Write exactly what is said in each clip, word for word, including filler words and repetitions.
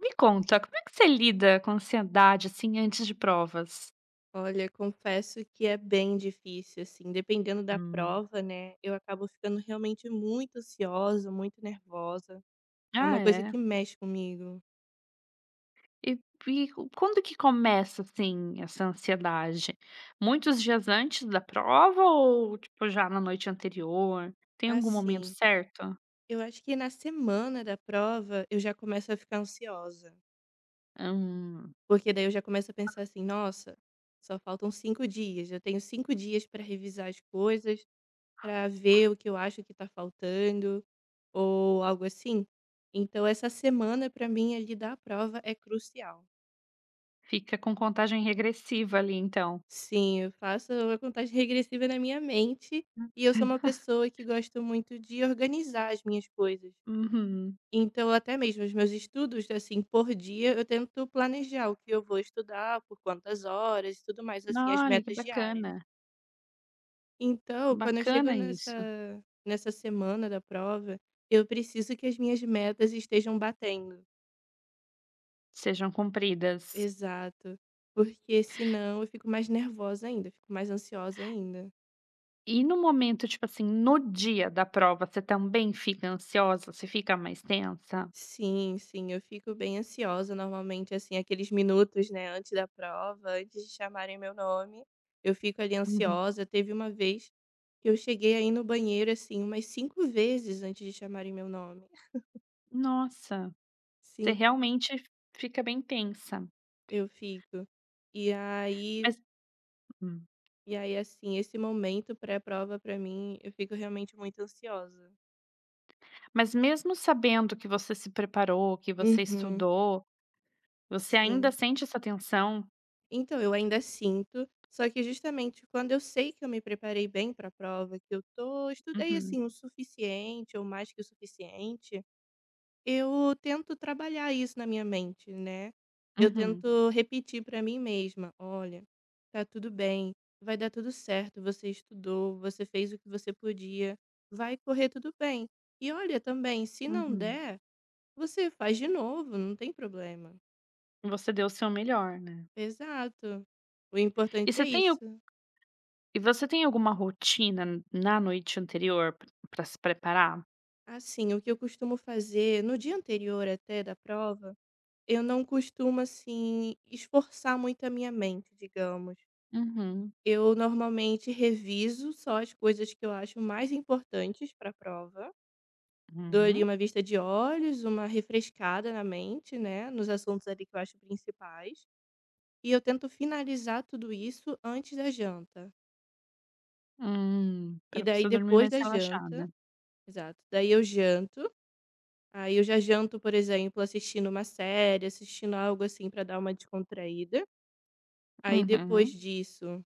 Me conta, como é que você lida com ansiedade, assim, antes de provas? Olha, confesso que é bem difícil, assim, dependendo da Hum. prova, né, eu acabo ficando realmente muito ansiosa, muito nervosa. É uma Ah, coisa é? que mexe comigo. E e o- Quando que começa, assim, essa ansiedade? Muitos dias antes da prova ou, tipo, já na noite anterior? Tem algum momento Assim, certo? eu acho que na semana da prova eu já começo a ficar ansiosa, Hum, porque daí eu já começo a pensar assim: nossa, só faltam cinco dias, eu tenho cinco dias para revisar as coisas, para ver o que eu acho que está faltando, ou algo assim. Então, essa semana, para mim, ali da prova é crucial. fica com contagem regressiva ali, então. Sim, eu faço a contagem regressiva na minha mente e eu sou uma pessoa que gosto muito de organizar as minhas coisas. Uhum. Então, até mesmo os meus estudos, assim, por dia, eu tento planejar o que eu vou estudar, por quantas horas e tudo mais, assim, as Olha, que metas diárias. bacana. Então, quando eu chego Bacana nessa, isso. nessa semana da prova, eu preciso que as minhas metas estejam batendo. Sejam cumpridas. Exato. Porque senão eu fico mais nervosa ainda, eu fico mais ansiosa ainda. E no momento, tipo assim, no dia da prova, você também fica ansiosa? Você fica mais tensa? Sim, sim, eu fico bem ansiosa normalmente, assim, aqueles minutos, né, antes da prova, antes de chamarem meu nome, eu fico ali Uhum. ansiosa. Teve uma vez que eu cheguei aí no banheiro, assim, umas cinco vezes antes de chamarem meu nome. Nossa, você Sim, realmente fica bem tensa. eu fico. E aí Mas hum. e aí, assim, esse momento pré-prova pra mim, eu fico realmente muito ansiosa. Mas mesmo sabendo que você se preparou, que você Uhum, estudou, você ainda sim. sente essa tensão? Então, eu ainda sinto, só que justamente quando eu sei que eu me preparei bem para a prova, que eu tô estudei Uhum, assim o suficiente ou mais que o suficiente, eu tento trabalhar isso na minha mente, né? Eu uhum, tento repetir para mim mesma, olha, tá tudo bem, vai dar tudo certo, você estudou, você fez o que você podia, vai correr tudo bem. E olha também, se não uhum. der, você faz de novo, não tem problema. Você deu o seu melhor, né. Exato. O E importante é você tem al isso. e você tem alguma rotina na noite anterior para se preparar? Assim, o que eu costumo fazer no dia anterior até da prova, eu não costumo, assim, esforçar muito a minha mente, digamos. Uhum, Eu normalmente reviso só as coisas que eu acho mais importantes para a prova. Dou ali uhum. uma vista de olhos, uma refrescada na mente, né, nos assuntos ali que eu acho principais. E eu tento finalizar tudo isso antes da janta. Hum, E pra daí, você dormir depois mais da janta, relaxada. exato, daí eu janto. Aí eu já janto, por exemplo, assistindo uma série, assistindo algo assim pra dar uma descontraída. Aí depois Uhum. disso,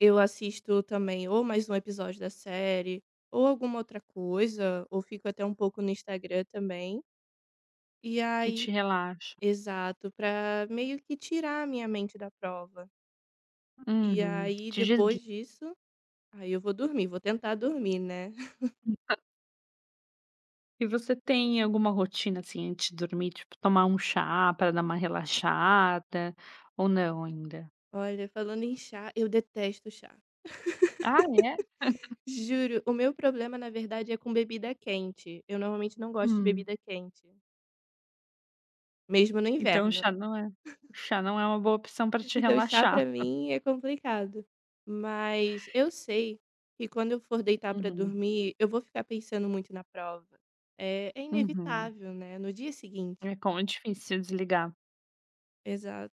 eu assisto também ou mais um episódio da série, ou alguma outra coisa, ou fico até um pouco no Instagram também. E Que te aí, relaxa. exato, pra meio que tirar a minha mente da prova. E Uhum. aí Te desli depois disso, aí eu vou dormir, vou tentar dormir, né? E você tem alguma rotina, assim, antes de dormir, tipo tomar um chá para dar uma relaxada, ou não ainda? Olha, falando em chá, eu detesto chá. Ah, é? Juro, o meu problema na verdade é com bebida quente, eu normalmente não gosto de Hum. bebida quente, mesmo no Então o inverno, chá não é o chá não é uma boa opção para te então chá pra relaxar. mim é complicado. Mas eu sei que quando eu for deitar pra Uhum, dormir, eu vou ficar pensando muito na prova, é é uhum. inevitável, né, no dia seguinte. É como é difícil desligar. Exato.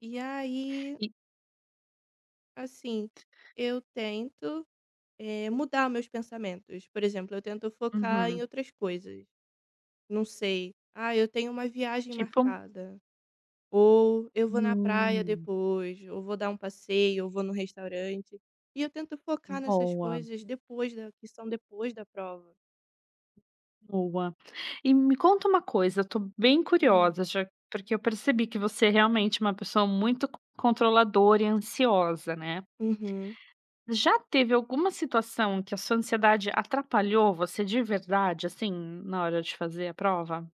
E aí, E assim, eu tento, eh, mudar meus pensamentos, por exemplo, eu tento focar em uhum. outras coisas, não sei, ah, eu tenho uma viagem Tipo marcada. Ou eu vou na praia hum, depois, ou vou dar um passeio, ou vou no restaurante. E eu tento focar nessas boa. coisas depois da que são depois da prova. Boa. E me conta uma coisa, eu tô bem Hum. curiosa, já porque eu percebi que você é realmente uma pessoa muito co- controladora e ansiosa, né? Uhum. Já teve alguma situação que a sua ansiedade atrapalhou você de verdade, assim, na hora de fazer a prova?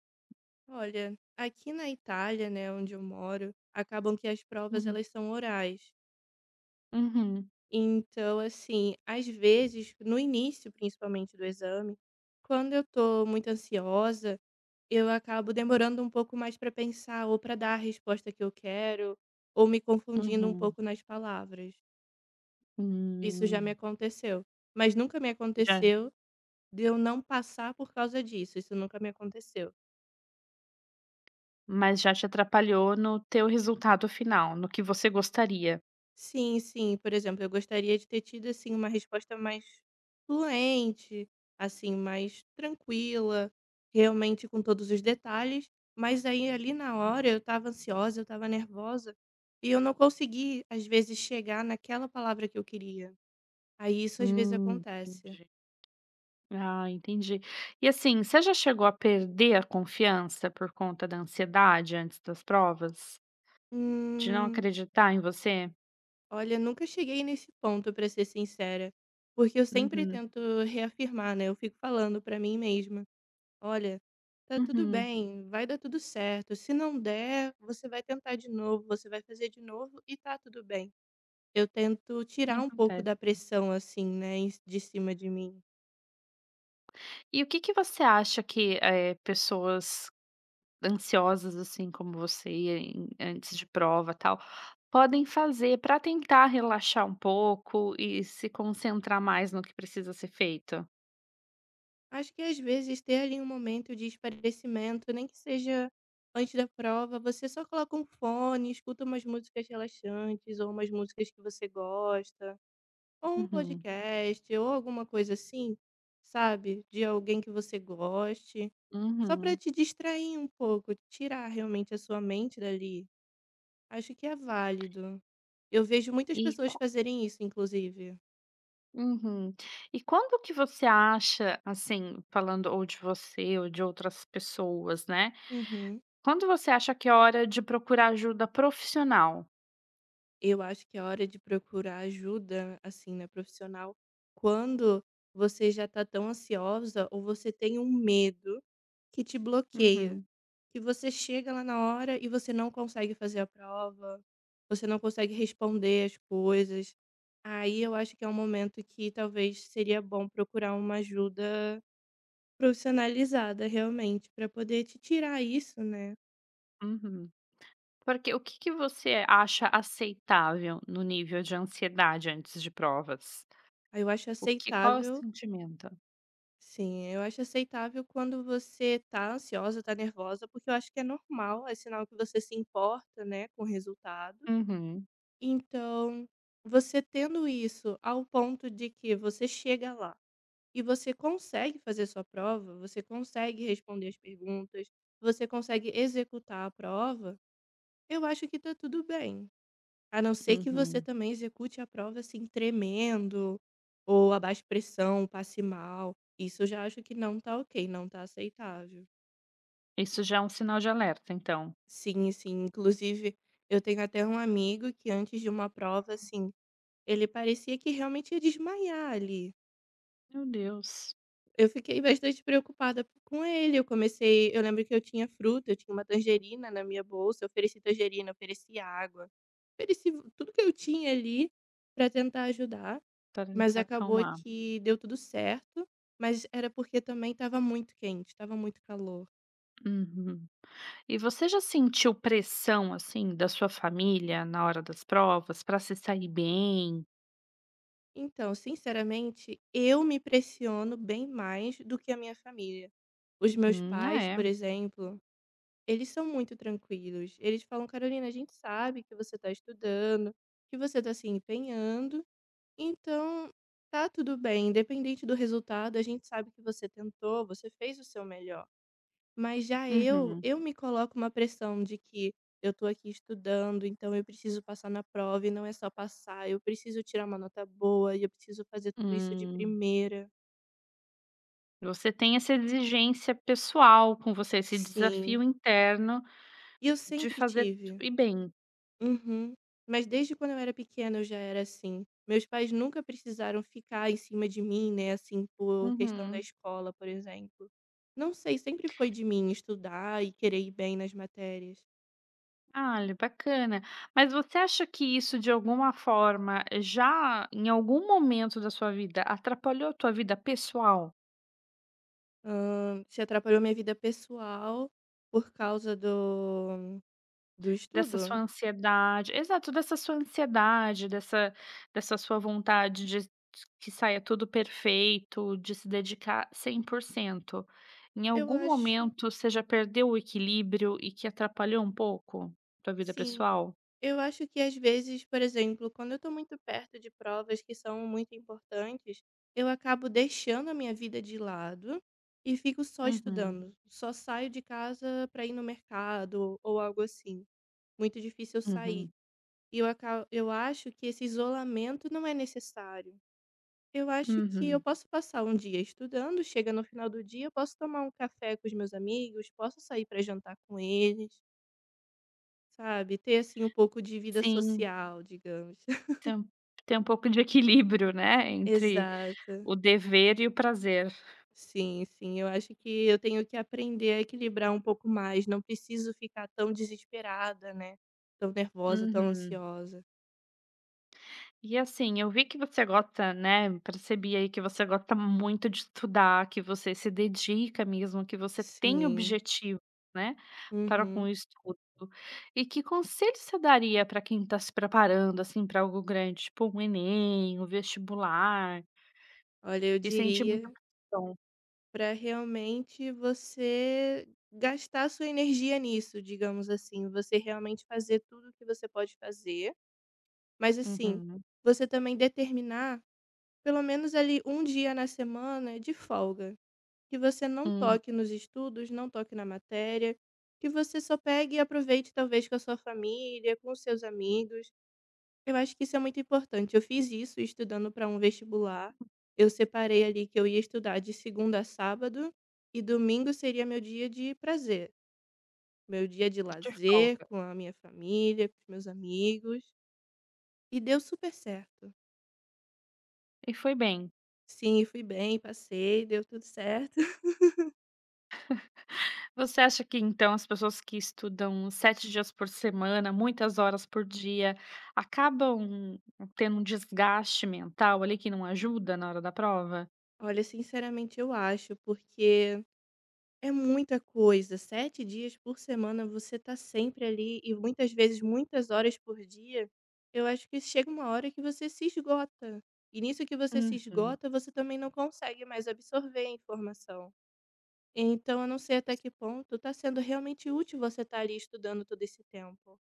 Olha, aqui na Itália, né, onde eu moro, acabam que as provas Uhum. elas são orais. Uhum. Então, assim, às vezes, no início, principalmente do exame, quando eu tô muito ansiosa, eu acabo demorando um pouco mais para pensar ou para dar a resposta que eu quero, ou me confundindo um Uhum. pouco nas palavras. Isso já me Hum, aconteceu, mas nunca me já, aconteceu de eu não passar por causa disso. Isso nunca me aconteceu. mas já te atrapalhou no teu resultado final, no que você gostaria. Sim, sim. Por exemplo, eu gostaria de ter tido, assim, uma resposta mais fluente, assim, mais tranquila, realmente com todos os detalhes, mas aí, ali na hora, eu estava ansiosa, eu estava nervosa, e eu não consegui, às vezes, chegar naquela palavra que eu queria. Aí isso às vezes Hum, acontece. entendi. Ah, entendi. E assim, você já chegou a perder a confiança por conta da ansiedade antes das provas? De não Hum, acreditar em você? olha, nunca cheguei nesse ponto, para ser sincera, porque eu sempre Uhum, tento reafirmar, né, eu fico falando para mim mesma. Olha, tá tudo uhum, bem, vai dar tudo certo. Se não der, você vai tentar de novo, você vai fazer de novo e tá tudo bem. Eu tento e tirar um pouco acontece. da pressão, assim, né, em- de cima de mim. E o que que você acha que, eh, pessoas ansiosas, assim, como você, em antes de prova, tal, podem fazer para tentar relaxar um pouco e se concentrar mais no que precisa ser feito? Acho que às vezes ter ali um momento de esparecimento, nem que seja antes da prova, você só coloca um fone, escuta umas músicas relaxantes ou umas músicas que você gosta. Ou um Uhum, podcast ou alguma coisa assim, sabe, de alguém que você goste, só para uhum. te distrair um pouco, tirar realmente a sua mente dali. Acho que é válido. Eu vejo muitas E pessoas fazerem isso, inclusive. uhum. E quando que você acha, assim, falando ou de você ou de outras pessoas, né, Uhum. quando você acha que é hora de procurar ajuda profissional? Eu acho que é hora de procurar ajuda, assim, né, profissional, quando você já tá tão ansiosa ou você tem um medo que te bloqueia. Uhum. Que você chega lá na hora e você não consegue fazer a prova, você não consegue responder as coisas. Aí eu acho que é um momento que talvez seria bom procurar uma ajuda profissionalizada, realmente, para poder te tirar isso, né? Uhum. Porque o que que você acha aceitável no nível de ansiedade antes de provas? Aí eu acho O que qual é o aceitável, sentimento? sim, eu acho aceitável quando você tá ansiosa, tá nervosa, porque eu acho que é normal, é sinal que você se importa, né, com o resultado. Uhum, Então, você tendo isso ao ponto de que você chega lá e você consegue fazer sua prova, você consegue responder as perguntas, você consegue executar a prova, eu acho que tá tudo bem. A não ser que você uhum. também execute a prova assim tremendo, ou a baixa pressão, passe mal. Isso eu já acho que não tá ok, não tá aceitável. Isso já é um sinal de alerta, então. Sim, sim. Inclusive, eu tenho até um amigo que antes de uma prova, assim, ele parecia que realmente ia desmaiar ali. Meu Deus, Eu fiquei bastante preocupada com ele, eu comecei eu lembro que eu tinha fruta, eu tinha uma tangerina na minha bolsa, eu ofereci tangerina, ofereci água, ofereci tudo que eu tinha ali para tentar ajudar, para mas tentar acabou acalmar. que deu tudo certo, mas era porque também estava muito quente, estava muito calor. Uhum. E você já sentiu pressão, assim, da sua família na hora das provas para se sair bem? Então, sinceramente, eu me pressiono bem mais do que a minha família. Os meus Hum, ah, pais, por é. exemplo, eles são muito tranquilos. Eles falam: "Carolina, a gente sabe que você está estudando, que você está se empenhando, então tá tudo bem, independente do resultado, a gente sabe que você tentou, você fez o seu melhor". Mas já eu, Uhum. eu me coloco uma pressão de que eu tô aqui estudando, então eu preciso passar na prova e não é só passar, eu preciso tirar uma nota boa e eu preciso fazer tudo isso de Hum. primeira. Você tem essa exigência pessoal com você, esse Sim, desafio interno e eu de sempre fazer tudo tive. e bem. Uhum. Mas desde quando eu era pequena eu já era assim. Meus pais nunca precisaram ficar em cima de mim, né, assim, por questão da Uhum. escola, por exemplo. Não sei, sempre foi de mim estudar e querer ir bem nas matérias. Ah, olha, bacana. Mas você acha que isso, de alguma forma, já em algum momento da sua vida, atrapalhou a tua vida pessoal? Hã, se atrapalhou minha vida pessoal por causa do do Dessa sua estudo? ansiedade exato, dessa sua ansiedade, dessa dessa sua vontade de que saia tudo perfeito, de se dedicar cem por cento. Em Eu algum acho momento você já perdeu o equilíbrio e que atrapalhou um pouco tua vida sim. pessoal? Eu acho que às vezes, por exemplo, quando eu tô muito perto de provas que são muito importantes, eu acabo deixando a minha vida de lado e fico só Uhum, estudando. Só saio de casa para ir no mercado ou algo assim. Muito difícil eu sair. uhum, E eu, aca- eu acho que esse isolamento não é necessário. Eu acho que eu uhum. posso passar um dia estudando, chega no final do dia, eu posso tomar um café com os meus amigos, posso sair para jantar com eles, sabe? Ter assim um pouco de vida Sim, social, digamos. tem um- tem um pouco de equilíbrio, né, entre Exato. o dever e o prazer. Sim, sim, eu acho que eu tenho que aprender a equilibrar um pouco mais, não preciso ficar tão desesperada, né, tão nervosa, tão Uhum. ansiosa. E assim, eu vi que você gosta, né, percebi aí que você gosta muito de estudar, que você se dedica mesmo, que você tem Sim. objetivo, né, para com o Uhum. estudo. E que conselho você daria para quem está se preparando, assim, para algo grande, tipo um Enem, um vestibular, Olha, eu e sente muita diria pressão? para realmente você gastar sua energia nisso, digamos assim, você realmente fazer tudo o que você pode fazer, mas assim, Uhum. você também determinar pelo menos ali um dia na semana de folga, que você não Hum, toque nos estudos, não toque na matéria, que você só pegue e aproveite talvez com a sua família, com os seus amigos. Eu acho que isso é muito importante. Eu fiz isso estudando para um vestibular. Eu separei ali que eu ia estudar de segunda a sábado e domingo seria meu dia de prazer, meu dia de de lazer folga. com a minha família, com os meus amigos. E deu super certo. E foi bem? Sim, fui bem, passei, deu tudo certo. Você acha que então as pessoas que estudam sete dias por semana, muitas horas por dia, acabam tendo um desgaste mental ali que não ajuda na hora da prova? Olha, sinceramente eu acho, porque é muita coisa. Sete dias por semana você tá sempre ali e muitas vezes muitas horas por dia, eu acho que chega uma hora que você se esgota. E nisso que você se Uhum. esgota, você também não consegue mais absorver a informação. Então eu não sei até que ponto tá sendo realmente útil você estar ali estudando todo esse tempo.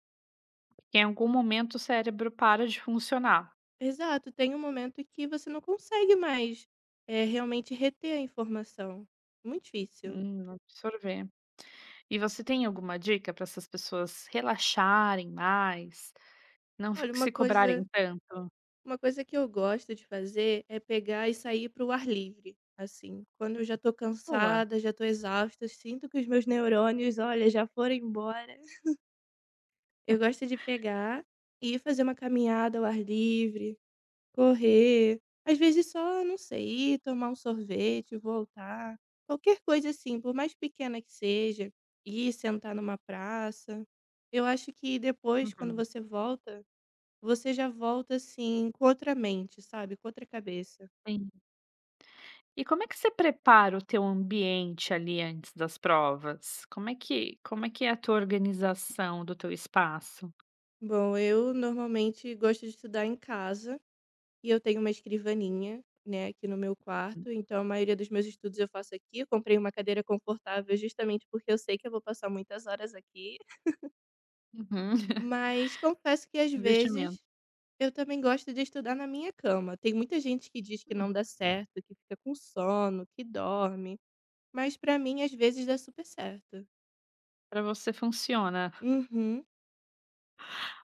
Em algum momento o cérebro para de funcionar, Exato, tem um momento que você não consegue mais, eh, realmente reter a informação. Muito difícil. hum, absorver. E você tem alguma dica para essas pessoas relaxarem mais, não f Olha, uma se cobrarem coisa tanto? Uma coisa que eu gosto de fazer é pegar e sair para o ar livre, assim. Quando eu já tô Boa. cansada, já tô exausta, sinto que os meus neurônios, olha, já foram embora. Eu gosto de pegar e fazer uma caminhada ao ar livre, correr, às vezes só, não sei, ir tomar um sorvete, voltar, qualquer coisa assim, por mais pequena que seja, ir sentar numa praça. Eu acho que depois, quando Uhum. você volta, você já volta, assim, com outra mente, sabe, com outra cabeça. Sim. E como é que você prepara o teu ambiente ali antes das provas? Como é que como é que é a tua organização do teu espaço? Bom, eu normalmente gosto de estudar em casa e eu tenho uma escrivaninha, né, aqui no meu Uhum. quarto, então a maioria dos meus estudos eu faço aqui. Eu comprei uma cadeira confortável justamente porque eu sei que eu vou passar muitas horas aqui, mas confesso que às Investimento. vezes eu também gosto de estudar na minha cama. Tem muita gente que diz que Hum, não dá certo, que fica com sono, que dorme, mas pra mim às vezes dá super certo. para você funciona. Uhum.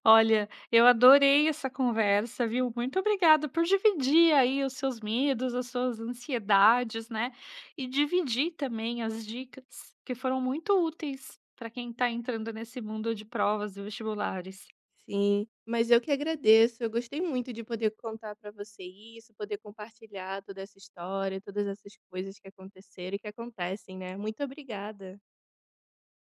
Olha, eu adorei essa conversa, viu? Muito obrigada por dividir aí os seus medos, as suas ansiedades, né? E dividir também as dicas que foram muito úteis para quem está entrando nesse mundo de provas e vestibulares. Sim, mas eu que agradeço. Eu gostei muito de poder contar para você isso, poder compartilhar toda essa história, todas essas coisas que aconteceram e que acontecem, né. Muito obrigada.